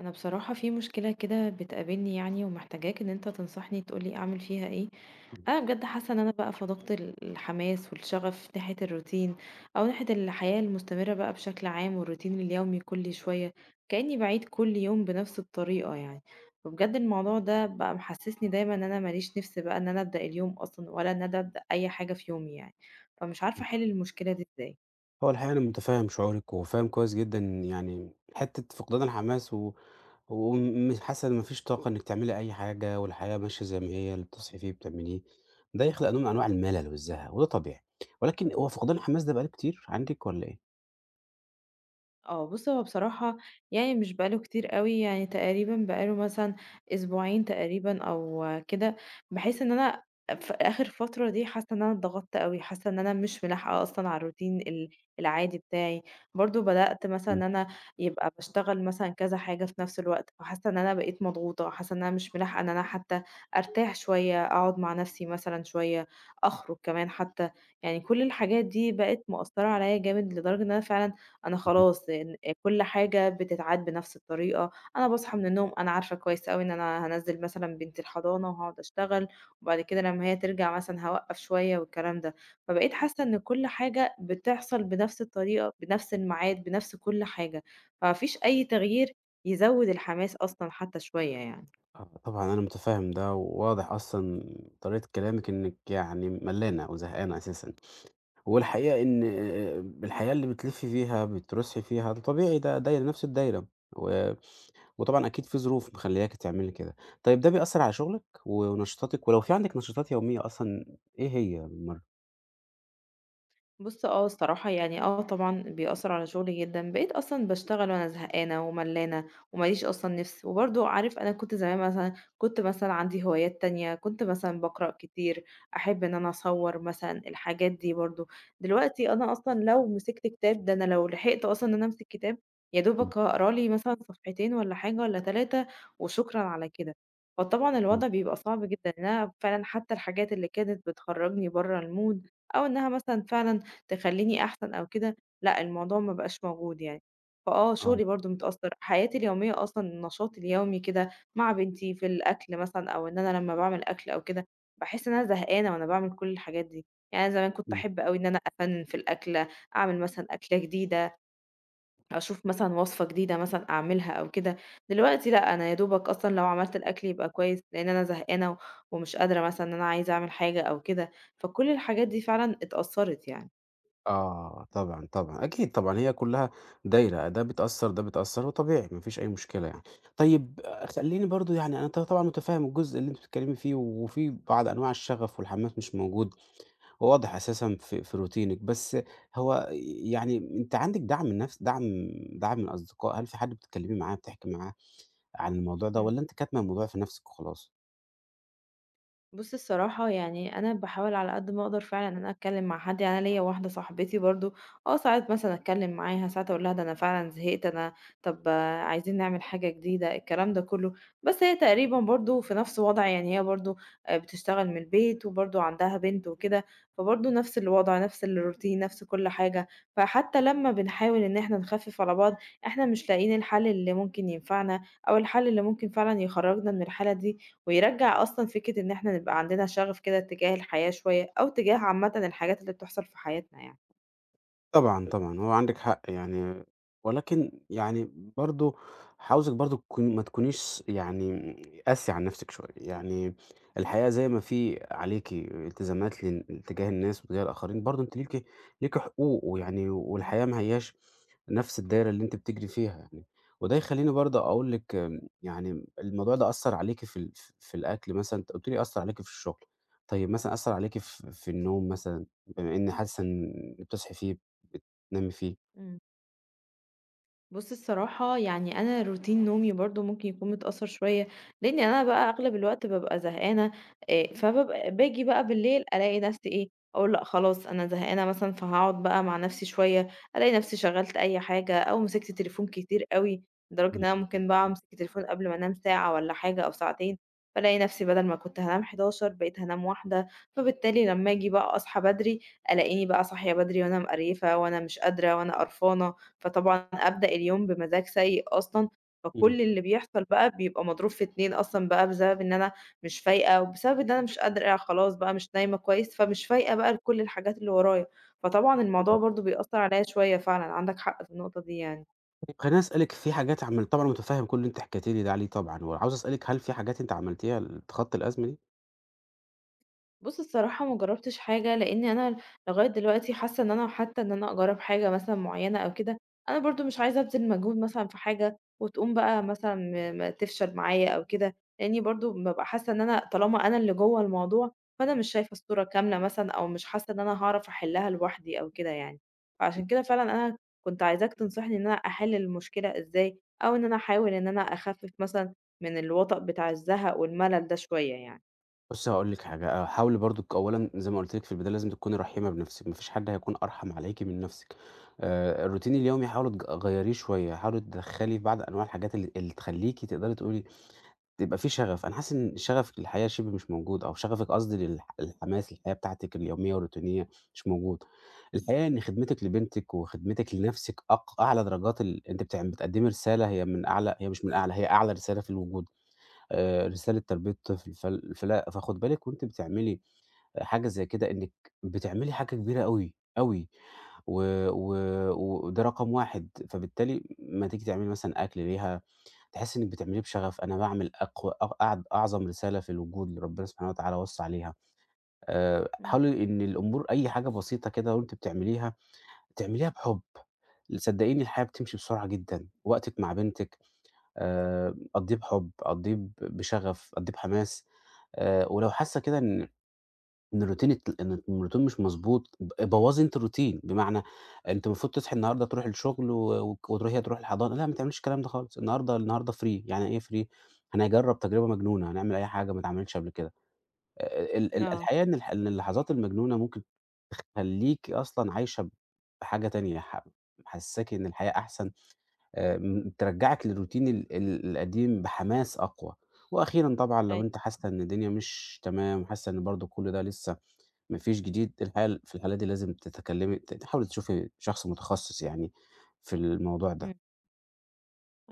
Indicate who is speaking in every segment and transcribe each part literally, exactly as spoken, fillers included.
Speaker 1: انا بصراحة في مشكلة كده بتقابلني يعني ومحتاجاك ان انت تنصحني تقولي اعمل فيها ايه؟
Speaker 2: إمم.
Speaker 1: انا بجد حاسة ان انا بقى فقدت ال- الحماس والشغف ناحية الروتين، او ناحية الحياة المستمرة بقى بشكل عام والروتين اليومي كل شوية، كأني بعيد كل يوم بنفس الطريقة يعني. وبجد الموضوع ده بقى محسسني دايما ان انا ماليش نفس بقى ان انا ابدأ اليوم اصلا ولا ان انا ابدأ اي حاجة في يومي يعني. فمش عارفة
Speaker 2: إمم.
Speaker 1: احل المشكلة دي ازاي.
Speaker 2: هو الحقيقة أنا متفهم شعورِك، وفاهم كويس جدًا يعني حتة فقدان الحماس و وم حاسة إن ما فيش طاقة إنِّك تعملي أي حاجة، والحياة ماشية زي ما هي، اللي بتصحي فيه بتعمليه، ده يخلق نوع من أنواع الملل والزهق وده طبيعي، ولكن هو فقدان الحماس ده بقى له كتير عندِك والّا إيه؟
Speaker 1: آه، بُص هو بصراحة يعني مش بقى له كتير أوي، يعني تقريبًا بقى له مثلًا أسبوعين تقريبًا أو كده، باحس إن أنا في آخر فترة دي حاسة إن أنا اتضغطت أوي، حاسة إن أنا مش ملاحقة أصلًا على الروتين ال العادي بتاعي، برضه بدأت مثلًا
Speaker 2: إمم،
Speaker 1: إن أنا يبقى باشتغل مثلًا كذا حاجة في نفس الوقت، فحاسة إن أنا بقيت مضغوطة، حاسة إن أنا مش ملاحقة إن أنا حتى أرتاح شوية، أقعد مع نفسي مثلًا شوية، أخرج كمان حتى. يعني كل الحاجات دي بقت مأثرة عليَّ جامد لدرجة إن أنا فعلًا أنا
Speaker 2: اهم.
Speaker 1: خلاص إن كل حاجة بتتعاد بنفس الطريقة. أنا باصحى من النوم أنا عارفة كويس أوي إن أنا هانزّل مثلًا بنتي الحضانة وهاقعد أشتغل، وبعد كده لمّا هي ترجع مثلًا هاوقّف شوية والكلام ده، فبقيت حاسة إن كل حاجة بتحصل بنفس الطريقة، بنفس الميعاد، بنفس كل حاجة، فما فيش أي تغيير يزوّد الحماس أصلًا حتى شوية يعني.
Speaker 2: آه، طبعًا أنا متفهم ده، وواضح أصلًا طريقة كلامِك إنِّك يعني ملّانة وزهقانة أساسًا، والحقيقة إن آآ الحياة اللي بتلفي فيها بترُوسي فيها ده طبيعي ده دايرة نفس الدايرة و وطبعًا أكيد في ظروف مخلّياكِ تعملي كده. طيب ده بيأثّر على شغلِك و ونشاطاتِك؟ ولو في عندِك نشاطات يومية أصلًا إيه هي بالمرّة؟
Speaker 1: بُص آه الصراحة يعني آه طبعًا بيأثّر على شغلي جدًا، بقيت أصلًا باشتغل وأنا زهقانة وملّانة وما ليش أصلًا نِفْس، وبرضه عارف أنا كنت زمان مثلًا كنت مثلًا عندي هوايات تانية، كنت مثلًا باقرأ كتير، أحب إن أنا أصوّر مثلًا الحاجات دي برضه. دلوقتي أنا أصلًا لو مسكت كتاب ده أنا لو لحقت أصلًا إن أنا أمسك كتاب يا
Speaker 2: إمم،
Speaker 1: دوبك هاقرا لي مثلًا صفحتين والّا حاجة والّا ثلاثة وشكرًا على كده. فطبعًا
Speaker 2: إمم،
Speaker 1: الوضع بيبقى صعب جدًا إن أنا فعلًا حتى الحاجات اللي كانت بتخرّجني برّه الmood أو إنها مثلًا فعلًا تخلّيني أحسن أو كده، لأ الموضوع ما بقاش موجود يعني. فآه
Speaker 2: آه،
Speaker 1: شغلي برضه متأثّر، حياتي اليومية أصلًا النشاط اليومي كده مع بنتي في الأكل مثلًا أو إن أنا لمّا باعمل أكل أو كده، باحس إن أنا زهقانة وأنا باعمل كل الحاجات دي. يعني أنا زمان كنت
Speaker 2: إمم.
Speaker 1: أحب أوي إن أنا أفنّن في الأكلة، أعمل مثلًا أكلة جديدة، أشوف مثلًا وصفة جديدة مثلًا أعملها أو كده، دلوقتي لأ، أنا يا دوبك أصلًا لو عملت الأكل يبقى كويس، لإن أنا زهقانة و- ومش قادرة مثلًا إن أنا عايزة أعمل حاجة أو كده، فكل الحاجات دي فعلًا اتأثّرت يعني.
Speaker 2: آه، طبعًا، طبعًا، أكيد طبعًا، هي كلّها دايرة، ده بتأثّر، ده بتأثّر وطبيعي ما فيش أي مشكلة يعني. طيب آه، خلّيني برضه يعني أنا ط طبعًا متفهّم الجزء اللي أنتِ بتتكلّمي فيه وفي بعض أنواع الشغف والحماس مش موجود، وواضح أساسًا في في روتينِك، بس هو يعني أنتِ عندِك دعم من نفس دعم دعم من أصدقاء؟ هل في حد بتتكلّمي معاه، بتحكي معاه؟ عن الموضوع ده
Speaker 1: إمم.
Speaker 2: والّا أنتِ كاتمة الموضوع في نَفْسِك وخلاص؟
Speaker 1: بُص الصراحة يعني أنا باحاول على قد ما أقدر فعلًا إن أنا أتكلّم مع حد، يعني أنا ليّا واحدة صاحبتي برضه، آه، ساعات مثلًا أتكلّم معاها، ساعات أقول لها ده أنا فعلًا زهقت، أنا طَب، آه، عايزين نعمل حاجة جديدة، الكلام ده كلّه، بس هي تقريبًا برضه في نفْس وضعي، يعني هي برضه آآ بتشتغل من البيت وبرضه عندها بنت وكده، فبرضه نفْس الوضع، نفْس الروتين، نفْس كل حاجة، فحتى لمّا بنحاول إن إحنا نخفِّف على بعض، إحنا مش لاقيين الحل اللي ممكن ينفعنا أو الحل اللي ممكن فعلًا يخرّجنا من الحالة دي، ويرجّع أصلًا فكرة إن إحنا نبقى عندنا شغف كده تجاه الحياة شوية، أو تجاه عامةً الحاجات اللي بتحصل في حياتنا يعني.
Speaker 2: طبعًا، طبعًا، هو عندِك حق يعني، ولكن يعني برضه عاوزِك برضه تكوني ما تكونيش يعني قاسية على نَفْسِك شوية، يعني الحقيقة زي ما في عليكِ التزامات لن تجاه الناس وتجاه الآخرين، برضه أنتِ ليكِ ليكِ حقوق ويعني والحياة ما هياش نفس الدايرة اللي أنتِ بتجري فيها يعني، وده يخلّيني برضه أقول لِك آمم، يعني الموضوع ده أثّر عليكِ في ال ف في الأكل مثلًا، أنتِ قُلتِ لي أثّر عليكِ في الشغل، طيب مثلًا أثّر عليكِ في في النوم مثلًا، بما إن حاسة إن بتصحي فيه، بتنامي فيه؟
Speaker 1: إمم. بُص الصراحة يعني أنا روتين نومي برضه ممكن يكون متأثّر شوية، لإن أنا بقى أغلب الوقت بابقى زهقانة، آآ، فبابقى باجي بقى بالليل ألاقي نفسي إيه، أقول لأ خلاص أنا زهقانة مثلًا فهاقعد بقى مع نفسي شوية، ألاقي نفسي شغّلت أي حاجة أو مسكت تليفون كتير أوي، لدرجة
Speaker 2: إمم،
Speaker 1: إن أنا ممكن بقى أمسك التليفون قبل ما أنام ساعة والّا حاجة أو ساعتين، فالاقي نفسي بدل ما كنت هانام حداشر بقيت هانام واحدة. فبالتالي لمّا آجي بقى أصحى بدري، ألاقيني بقى صاحية بدري وأنا مقريفة وأنا مش قادرة وأنا قرفانة. فطبعًا أبدأ اليوم بمزاج سيء أصلًا،
Speaker 2: إمم،
Speaker 1: فكل اللي بيحصل بقى بيبقى مضروب في اتنين أصلًا بقى بسبب إن أنا مش فايقة، وبسبب إن أنا مش قادرة خلاص بقى مش نايمة كويس، فمش فايقة بقى لكل الحاجات اللي ورايا، فطبعًا الموضوع
Speaker 2: إمم.
Speaker 1: برضه بيأثّر عليَّ شوية فعلًا، عندك حق في النقطة دي يعني.
Speaker 2: خلّيني أسألِك في حاجات عمل طبعًا أنا متفهم كل اللي أنتِ حكيتِ لي ده عليه طبعًا، وعاوز أسألِك هل في حاجات أنتِ عملتيها لتخطّي الأزمة دي؟
Speaker 1: بُص الصراحة ما جرّبتش حاجة، لإني أنا لغاية دلوقتي حاسة إن أنا حتى إن أنا أجرّب حاجة مثلًا معيّنة أو كده، أنا برضه مش عايزة أبذل مجهود مثلًا في حاجة وتقوم بقى مثلًا م ما تفشل معايا أو كده، لإني برضه بابقى حاسة إن أنا طالما أنا اللي جوّه الموضوع، فأنا مش شايفة الصورة كاملة مثلًا أو مش حاسة إن أنا هاعرف أحلّها لوحدي أو كده يعني. فعشان كده فعلًا أنا كنت عايزاك تنصحني إن أنا أحل المشكلة إزاي، أو إن أنا أحاول إن أنا أخفّف مثلًا من الوَطَأ بتاع الزهق والملل ده شوية يعني.
Speaker 2: بُصّي هاقول لِك حاجة، آآ حاولي برضُك أولًا زي ما قُلت لِك في البداية لازم تكوني رحيمة بنفسِك، ما فيش حد هيكون أرحم عليكِ من نفسِك. آآ الروتين اليومي حاولي تج غيّريه شوية، حاولي تدخّلي في بعض أنواع الحاجات اللي اللي تخلّيكِ تقدري تقولي يبقى في شغف، أنا حاسس إن شغفِك للحياة شِبه مش موجود أو شغفِك قصدي للح الحماس للحياة بتاعتِك اليومية والروتينية مش موجود. الحقيقة إن خدمتِك لبنتِك وخدمتِك لنفسِك أق أعلى درجات ال أنتِ بتع بتقدّمي رسالة هي من أعلى هي مش من أعلى، هي أعلى رسالة في الوجود. آآ رسالة تربية طفل، فال فلأ فخُدي بالِك وأنتِ بتعملي حاجة زي كده إنِّك بتعملي حاجة كبيرة أوي، أوي، و و وده رقم واحد فبالتالي أمّا تيجي تعملي مثلًا أكل ليها، تحسّي إنِّك بتعمليه بشغف، أنا باعمل أقوى أ أعد أعظم رسالة في الوجود اللي ربنا سبحانه وتعالى وصّى عليها، آآ
Speaker 1: إمم.
Speaker 2: حاولي إن الأمور أي حاجة بسيطة كده وأنتِ بتعمليها، تعمليها بحُب، صدّقيني الحياة بتمشي بسرعة جدًا، وقتِك مع بنتِك آآ أقضّيه بحُب، أقضّيه ب بشغف، أقضّيه بحماس آآ ولو حاسّة كده إن إن الروتين ات إن الروتين مش مضبوط ب بوّظي أنتِ الروتين، بمعنى أنتِ المفروض تصحي النهارده تروحي الشغل و وك وتروحي هتروحي الحضانة، لأ ما تعمليش الكلام ده خالص، النهارده النهارده free. يعني إيه free؟ هنجرّب تجربة مجنونة، هنعمل أي حاجة ما اتعملتش قبل كده، آآ ال ال
Speaker 1: آه،
Speaker 2: الحقيقة إن الح إن اللحظات المجنونة ممكن تخلّيكِ أصلًا عايشة بحاجة تانية، ح محسّساكِ إن الحياة أحسن، آآ م ترجّعك للروتين ال ال القديم بحماس أقوى، وأخيرًا طبعًا لو أنتِ
Speaker 1: أيوه.
Speaker 2: حاسة إن الدنيا مش تمام وحاسة إن برضه كل ده لسه ما فيش جديد، الحال في الحالة دي لازم تتكلمي ت تحاولي تشوفي شخص متخصص يعني في الموضوع ده.
Speaker 1: إمم،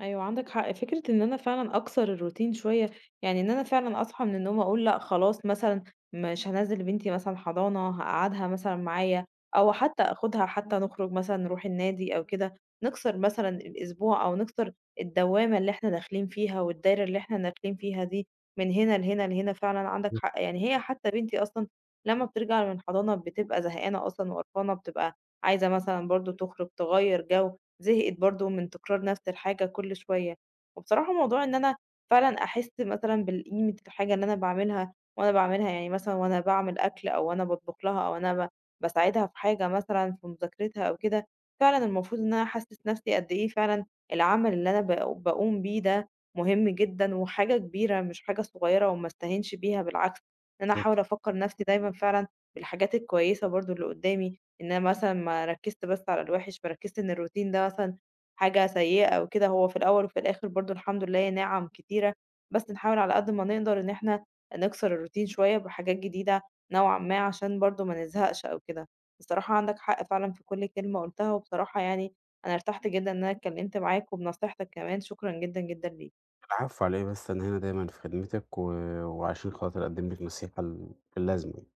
Speaker 1: أيوه عندك حق، فكرة إن أنا فعلًا أكسر الروتين شوية، يعني إن أنا فعلًا أصحى من النوم أقول لأ خلاص مثلًا مش هانزّل بنتي مثلًا حضانة، هاقعدها مثلًا معايا، أو حتى آخدها حتى نخرج مثلًا نروح النادي أو كده، نكسر مثلًا الأسبوع أو نكسر الدوامة اللي إحنا داخلين فيها والدايرة اللي إحنا داخلين فيها دي، من هنا لهنا لهنا فعلًا عندك حق، يعني هي حتى بنتي أصلًا لمّا بترجع من الحضانة بتبقى زهقانة أصلًا وقرفانة، بتبقى عايزة مثلًا برضه تخرج تغيّر جو، زهقت برضه من تكرار نفس الحاجة كل شوية، وبصراحة موضوع إن أنا فعلًا أحس مثلًا بالقيمة الحاجة اللي أنا باعملها وأنا باعملها يعني مثلًا وأنا باعمل أكل أو وأنا باطبخ لها أو أنا ب باساعدها في حاجة مثلًا في مذاكرتها أو كده، فعلًا المفروض إن أنا أحسس نفسي قد إيه فعلًا العمل اللي أنا باق باقوم بيه ده مهم جدًا وحاجة كبيرة مش حاجة صغيرة وما أستهينش بيها بالعكس، إن أنا
Speaker 2: بالضبط.
Speaker 1: أحاول أفكر نفسي دايمًا فعلًا بالحاجات الكويسة برضه اللي قدامي. إن أنا مثلًا ما ركّزت بس على الوِحِش، فركّزت إن الروتين ده مثلًا حاجة سيئة أو كده، هو في الأول وفي الآخر برضه الحمد لله نِعَم كتيرة، بس نحاول على قد ما نقدر إن إحنا نكسر الروتين شوية بحاجات جديدة نوعًا ما عشان برضه ما نزهقش أو كده. بصراحة عندك حق فعلًا في كل كلمة قُلتها، وبصراحة يعني أنا ارتحت جدًا إن أنا اتكلّمت معاك وبنصيحتك كمان، شكرًا جدًا، جدًا ليك.
Speaker 2: العفو على إيه بس، أنا هنا دايمًا في خدمتِك و وعشان خاطر أقدم لِك نصيحة ال اللازمة يعني.